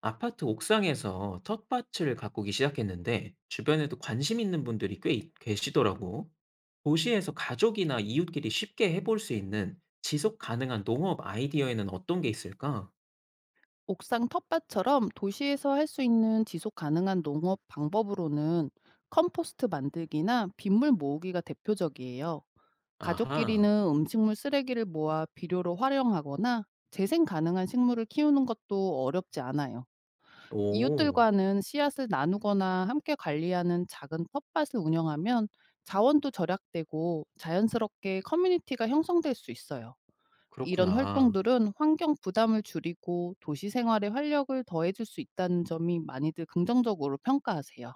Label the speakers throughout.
Speaker 1: 아파트 옥상에서 텃밭을 가꾸기 시작했는데 주변에도 관심 있는 분들이 꽤 계시더라고. 도시에서 가족이나 이웃끼리 쉽게 해볼 수 있는 지속 가능한 농업 아이디어에는 어떤 게 있을까?
Speaker 2: 옥상 텃밭처럼 도시에서 할 수 있는 지속 가능한 농업 방법으로는 컴포스트 만들기나 빗물 모으기가 대표적이에요.
Speaker 1: 아하.
Speaker 2: 가족끼리는 음식물 쓰레기를 모아 비료로 활용하거나 재생 가능한 식물을 키우는 것도 어렵지 않아요.
Speaker 1: 오.
Speaker 2: 이웃들과는 씨앗을 나누거나 함께 관리하는 작은 텃밭을 운영하면 자원도 절약되고 자연스럽게 커뮤니티가 형성될 수 있어요. 이런
Speaker 1: 그렇구나.
Speaker 2: 활동들은 환경 부담을 줄이고 도시 생활에 활력을 더해 줄 수 있다는 점이 많이들 긍정적으로 평가하세요.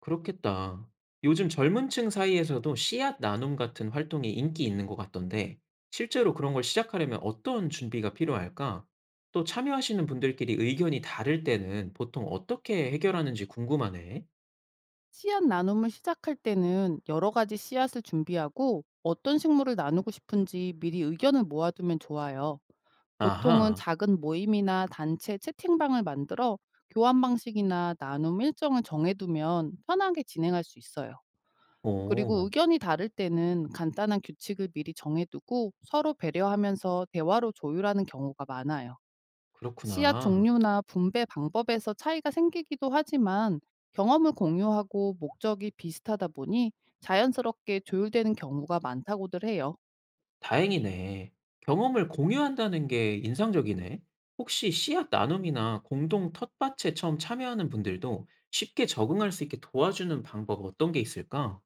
Speaker 1: 그렇겠다. 요즘 젊은 층 사이에서도 씨앗 나눔 같은 활동이 인기 있는 것 같던데, 실제로 그런 걸 시작하려면 어떤 준비가 필요할까? 또 참여하시는 분들끼리 의견이 다를 때는 보통 어떻게 해결하는지 궁금하네.
Speaker 2: 씨앗 나눔을 시작할 때는 여러 가지 씨앗을 준비하고 어떤 식물을 나누고 싶은지 미리 의견을 모아두면 좋아요. 보통은
Speaker 1: 아하.
Speaker 2: 작은 모임이나 단체 채팅방을 만들어 교환 방식이나 나눔 일정을 정해두면 편하게 진행할 수 있어요. 그리고
Speaker 1: 오.
Speaker 2: 의견이 다를 때는 간단한 규칙을 미리 정해두고 서로 배려하면서 대화로 조율하는 경우가 많아요. 씨앗
Speaker 1: 그렇구나.
Speaker 2: 종류나 분배 방법에서 차이가 생기기도 하지만, 경험을 공유하고 목적이 비슷하다 보니 자연스럽게 조율되는 경우가 많다고들 해요.
Speaker 1: 다행이네. 경험을 공유한다는 게 인상적이네. 혹시 씨앗 나눔이나 공동 텃밭에 처음 참여하는 분들도 쉽게 적응할 수 있게 도와주는 방법 어떤 게 있을까?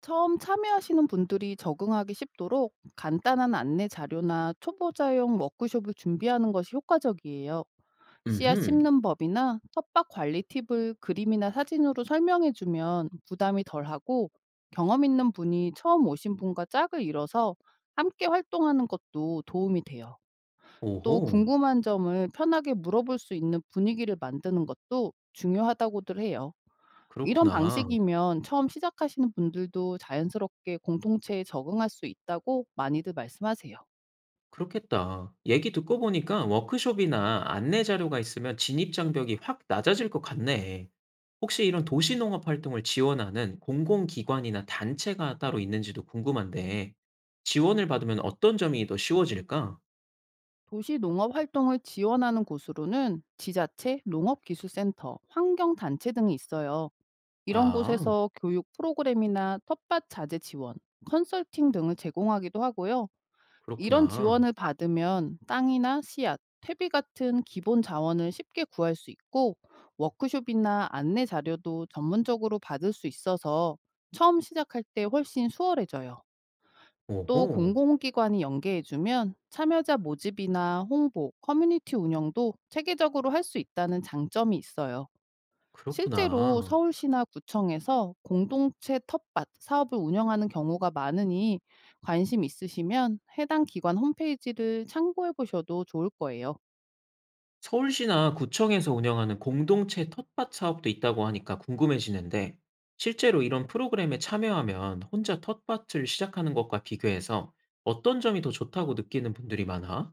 Speaker 2: 처음 참여하시는 분들이 적응하기 쉽도록 간단한 안내 자료나 초보자용 워크숍을 준비하는 것이 효과적이에요. 씨앗
Speaker 1: 음흠.
Speaker 2: 심는 법이나 텃밭 관리 팁을 그림이나 사진으로 설명해 주면 부담이 덜하고, 경험 있는 분이 처음 오신 분과 짝을 이뤄서 함께 활동하는 것도 도움이 돼요. 또
Speaker 1: 오호.
Speaker 2: 궁금한 점을 편하게 물어볼 수 있는 분위기를 만드는 것도 중요하다고들 해요. 이런
Speaker 1: 그렇구나.
Speaker 2: 방식이면 처음 시작하시는 분들도 자연스럽게 공동체에 적응할 수 있다고 많이들 말씀하세요.
Speaker 1: 그렇겠다. 얘기 듣고 보니까 워크숍이나 안내 자료가 있으면 진입 장벽이 확 낮아질 것 같네. 혹시 이런 도시농업 활동을 지원하는 공공기관이나 단체가 따로 있는지도 궁금한데, 지원을 받으면 어떤 점이 더 쉬워질까?
Speaker 2: 도시 농업 활동을 지원하는 곳으로는 지자체, 농업기술센터, 환경단체 등이 있어요. 이런
Speaker 1: 아.
Speaker 2: 곳에서 교육 프로그램이나 텃밭 자재 지원, 컨설팅 등을 제공하기도 하고요. 이런
Speaker 1: 그렇구나.
Speaker 2: 지원을 받으면 땅이나 씨앗, 퇴비 같은 기본 자원을 쉽게 구할 수 있고, 워크숍이나 안내 자료도 전문적으로 받을 수 있어서 처음 시작할 때 훨씬 수월해져요. 또
Speaker 1: 오호.
Speaker 2: 공공기관이 연계해 주면 참여자 모집이나 홍보, 커뮤니티 운영도 체계적으로 할 수 있다는 장점이 있어요. 실제로
Speaker 1: 그렇구나.
Speaker 2: 서울시나 구청에서 공동체 텃밭 사업을 운영하는 경우가 많으니, 관심 있으시면 해당 기관 홈페이지를 참고해 보셔도 좋을 거예요.
Speaker 1: 서울시나 구청에서 운영하는 공동체 텃밭 사업도 있다고 하니까 궁금해지는데, 실제로 이런 프로그램에 참여하면 혼자 텃밭을 시작하는 것과 비교해서 어떤 점이 더 좋다고 느끼는 분들이 많아?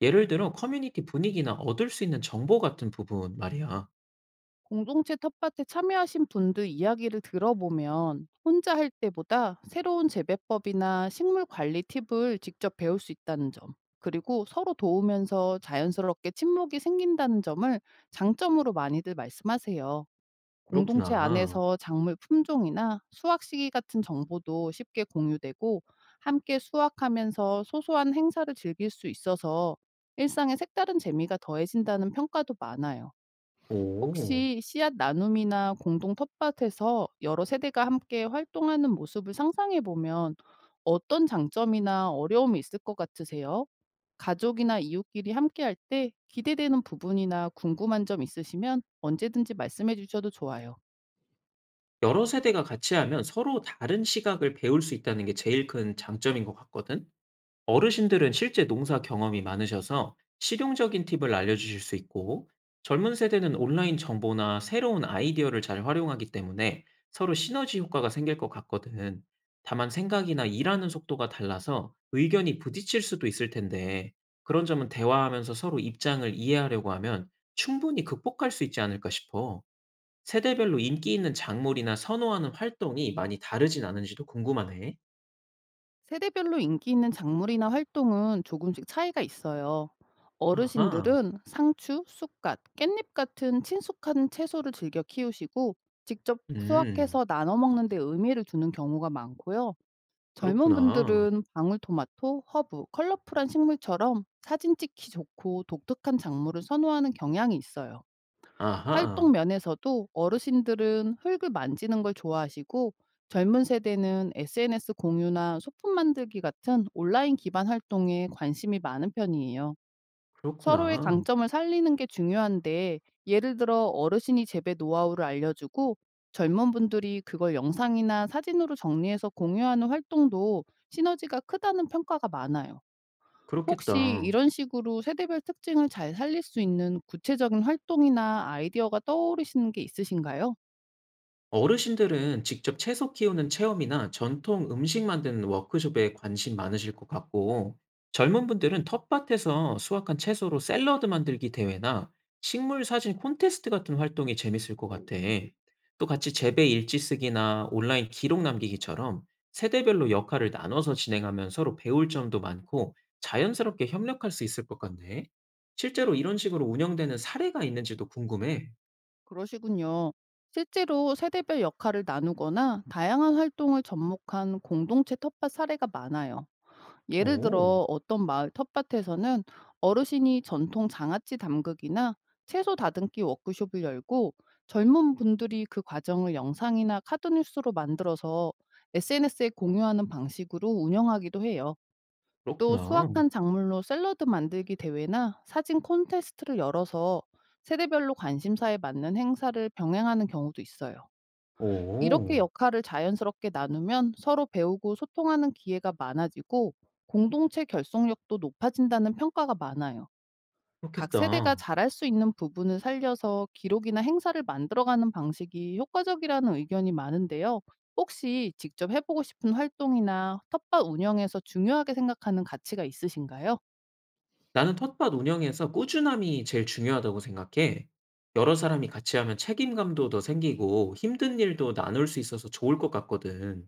Speaker 1: 예를 들어 커뮤니티 분위기나 얻을 수 있는 정보 같은 부분 말이야.
Speaker 2: 공동체 텃밭에 참여하신 분들 이야기를 들어보면 혼자 할 때보다 새로운 재배법이나 식물 관리 팁을 직접 배울 수 있다는 점, 그리고 서로 도우면서 자연스럽게 친목이 생긴다는 점을 장점으로 많이들 말씀하세요. 공동체
Speaker 1: 그렇구나.
Speaker 2: 안에서 작물 품종이나 수확 시기 같은 정보도 쉽게 공유되고, 함께 수확하면서 소소한 행사를 즐길 수 있어서 일상에 색다른 재미가 더해진다는 평가도 많아요.
Speaker 1: 오.
Speaker 2: 혹시 씨앗 나눔이나 공동 텃밭에서 여러 세대가 함께 활동하는 모습을 상상해 보면 어떤 장점이나 어려움이 있을 것 같으세요? 가족이나 이웃끼리 함께할 때 기대되는 부분이나 궁금한 점 있으시면 언제든지 말씀해 주셔도 좋아요.
Speaker 1: 여러 세대가 같이 하면 서로 다른 시각을 배울 수 있다는 게 제일 큰 장점인 것 같거든? 어르신들은 실제 농사 경험이 많으셔서 실용적인 팁을 알려주실 수 있고, 젊은 세대는 온라인 정보나 새로운 아이디어를 잘 활용하기 때문에 서로 시너지 효과가 생길 것 같거든. 다만 생각이나 일하는 속도가 달라서 의견이 부딪힐 수도 있을 텐데, 그런 점은 대화하면서 서로 입장을 이해하려고 하면 충분히 극복할 수 있지 않을까 싶어. 세대별로 인기 있는 작물이나 선호하는 활동이 많이 다르진 않은지도 궁금하네.
Speaker 2: 세대별로 인기 있는 작물이나 활동은 조금씩 차이가 있어요.
Speaker 1: 아하.
Speaker 2: 어르신들은 상추, 쑥갓, 깻잎 같은 친숙한 채소를 즐겨 키우시고, 직접
Speaker 1: 음.
Speaker 2: 수확해서 나눠 먹는 데 의미를 두는 경우가 많고요. 젊은
Speaker 1: 그렇구나.
Speaker 2: 분들은 방울토마토, 허브, 컬러풀한 식물처럼 사진 찍기 좋고 독특한 작물을 선호하는 경향이 있어요. 활동
Speaker 1: 아하.
Speaker 2: 면에서도 어르신들은 흙을 만지는 걸 좋아하시고, 젊은 세대는 SNS 공유나 소품 만들기 같은 온라인 기반 활동에 관심이 많은 편이에요. 서로의
Speaker 1: 그렇구나.
Speaker 2: 강점을 살리는 게 중요한데, 예를 들어 어르신이 재배 노하우를 알려주고 젊은 분들이 그걸 영상이나 사진으로 정리해서 공유하는 활동도 시너지가 크다는 평가가 많아요. 혹시
Speaker 1: 그렇겠다.
Speaker 2: 이런 식으로 세대별 특징을 잘 살릴 수 있는 구체적인 활동이나 아이디어가 떠오르시는 게 있으신가요?
Speaker 1: 어르신들은 직접 채소 키우는 체험이나 전통 음식 만드는 워크숍에 관심 많으실 것 같고, 젊은 분들은 텃밭에서 수확한 채소로 샐러드 만들기 대회나 식물 사진 콘테스트 같은 활동이 재밌을 것 같아. 또 같이 재배 일지 쓰기나 온라인 기록 남기기처럼 세대별로 역할을 나눠서 진행하면 서로 배울 점도 많고 자연스럽게 협력할 수 있을 것 같네. 실제로 이런 식으로 운영되는 사례가 있는지도 궁금해.
Speaker 2: 그러시군요. 실제로 세대별 역할을 나누거나 다양한 활동을 접목한 공동체 텃밭 사례가 많아요. 예를
Speaker 1: 오.
Speaker 2: 들어 어떤 마을 텃밭에서는 어르신이 전통 장아찌 담그기나 채소 다듬기 워크숍을 열고, 젊은 분들이 그 과정을 영상이나 카드뉴스로 만들어서 SNS에 공유하는 방식으로 운영하기도 해요. 또
Speaker 1: 그렇구나.
Speaker 2: 수확한 작물로 샐러드 만들기 대회나 사진 콘테스트를 열어서 세대별로 관심사에 맞는 행사를 병행하는 경우도 있어요. 이렇게
Speaker 1: 오.
Speaker 2: 역할을 자연스럽게 나누면 서로 배우고 소통하는 기회가 많아지고 공동체 결속력도 높아진다는 평가가 많아요. 각 세대가
Speaker 1: 그렇겠다.
Speaker 2: 잘할 수 있는 부분을 살려서 기록이나 행사를 만들어가는 방식이 효과적이라는 의견이 많은데요. 혹시 직접 해보고 싶은 활동이나 텃밭 운영에서 중요하게 생각하는 가치가 있으신가요?
Speaker 1: 나는 텃밭 운영에서 꾸준함이 제일 중요하다고 생각해. 여러 사람이 같이 하면 책임감도 더 생기고 힘든 일도 나눌 수 있어서 좋을 것 같거든.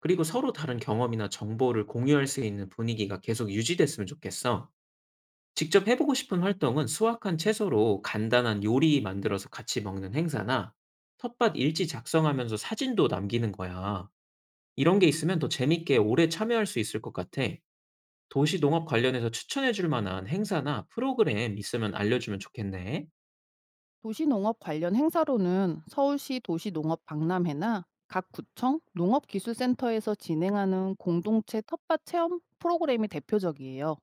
Speaker 1: 그리고 서로 다른 경험이나 정보를 공유할 수 있는 분위기가 계속 유지됐으면 좋겠어. 직접 해보고 싶은 활동은 수확한 채소로 간단한 요리 만들어서 같이 먹는 행사나 텃밭 일지 작성하면서 사진도 남기는 거야. 이런 게 있으면 더 재밌게 오래 참여할 수 있을 것 같아. 도시 농업 관련해서 추천해 줄 만한 행사나 프로그램 있으면 알려주면 좋겠네.
Speaker 2: 도시농업 관련 행사로는 서울시 도시농업 박람회나 각 구청 농업기술센터에서 진행하는 공동체 텃밭 체험 프로그램이 대표적이에요.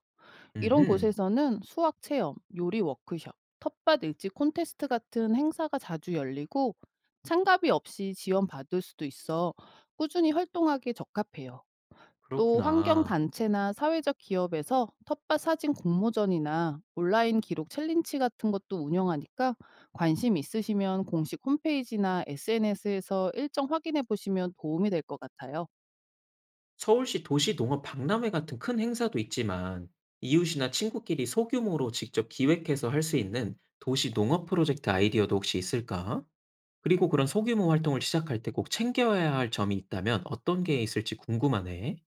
Speaker 2: 이런
Speaker 1: 음흠.
Speaker 2: 곳에서는 수학 체험, 요리 워크숍, 텃밭 일지 콘테스트 같은 행사가 자주 열리고, 참가비 없이 지원받을 수도 있어 꾸준히 활동하기에 적합해요. 또
Speaker 1: 그렇구나.
Speaker 2: 환경단체나 사회적 기업에서 텃밭 사진 공모전이나 온라인 기록 챌린지 같은 것도 운영하니까, 관심 있으시면 공식 홈페이지나 SNS에서 일정 확인해 보시면 도움이 될 것 같아요.
Speaker 1: 서울시 도시 농업 박람회 같은 큰 행사도 있지만 이웃이나 친구끼리 소규모로 직접 기획해서 할 수 있는 도시 농업 프로젝트 아이디어도 혹시 있을까? 그리고 그런 소규모 활동을 시작할 때 꼭 챙겨야 할 점이 있다면 어떤 게 있을지 궁금하네.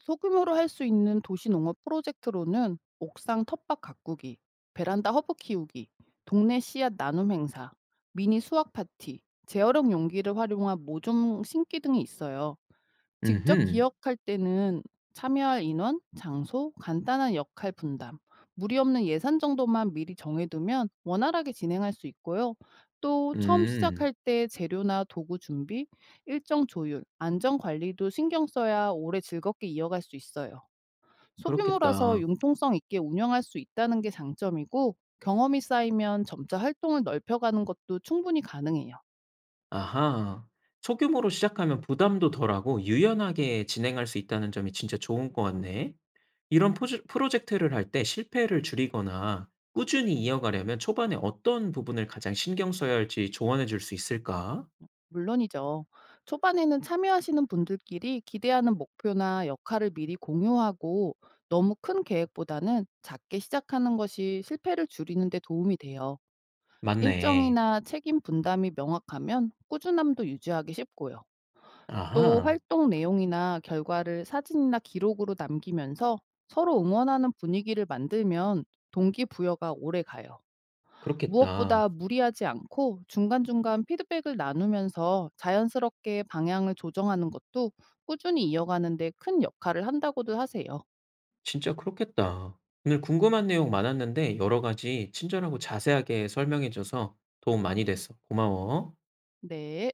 Speaker 2: 소규모로 할 수 있는 도시농업 프로젝트로는 옥상 텃밭 가꾸기, 베란다 허브 키우기, 동네 씨앗 나눔 행사, 미니 수확 파티, 재활용 용기를 활용한 모종 심기 등이 있어요. 직접
Speaker 1: 음흠.
Speaker 2: 기억할 때는 참여할 인원, 장소, 간단한 역할 분담, 무리 없는 예산 정도만 미리 정해두면 원활하게 진행할 수 있고요. 또 처음
Speaker 1: 음.
Speaker 2: 시작할 때 재료나 도구 준비, 일정 조율, 안전 관리도 신경 써야 오래 즐겁게 이어갈 수 있어요. 소규모라서
Speaker 1: 그렇겠다.
Speaker 2: 융통성 있게 운영할 수 있다는 게 장점이고, 경험이 쌓이면 점차 활동을 넓혀가는 것도 충분히 가능해요.
Speaker 1: 아하. 소규모로 시작하면 부담도 덜하고 유연하게 진행할 수 있다는 점이 진짜 좋은 것 같네. 이런 포즈 프로젝트를 할 때 실패를 줄이거나 꾸준히 이어가려면 초반에 어떤 부분을 가장 신경 써야 할지 조언해 줄 수 있을까?
Speaker 2: 물론이죠. 초반에는 참여하시는 분들끼리 기대하는 목표나 역할을 미리 공유하고, 너무 큰 계획보다는 작게 시작하는 것이 실패를 줄이는 데 도움이 돼요.
Speaker 1: 맞네.
Speaker 2: 일정이나 책임 분담이 명확하면 꾸준함도 유지하기 쉽고요. 또
Speaker 1: 아하.
Speaker 2: 활동 내용이나 결과를 사진이나 기록으로 남기면서 서로 응원하는 분위기를 만들면 동기부여가 오래 가요.
Speaker 1: 그렇겠다.
Speaker 2: 무엇보다 무리하지 않고 중간중간 피드백을 나누면서 자연스럽게 방향을 조정하는 것도 꾸준히 이어가는 데 큰 역할을 한다고도 하세요.
Speaker 1: 진짜 그렇겠다. 오늘 궁금한 내용 많았는데 여러 가지 친절하고 자세하게 설명해 줘서 도움 많이 됐어. 고마워.
Speaker 2: 네.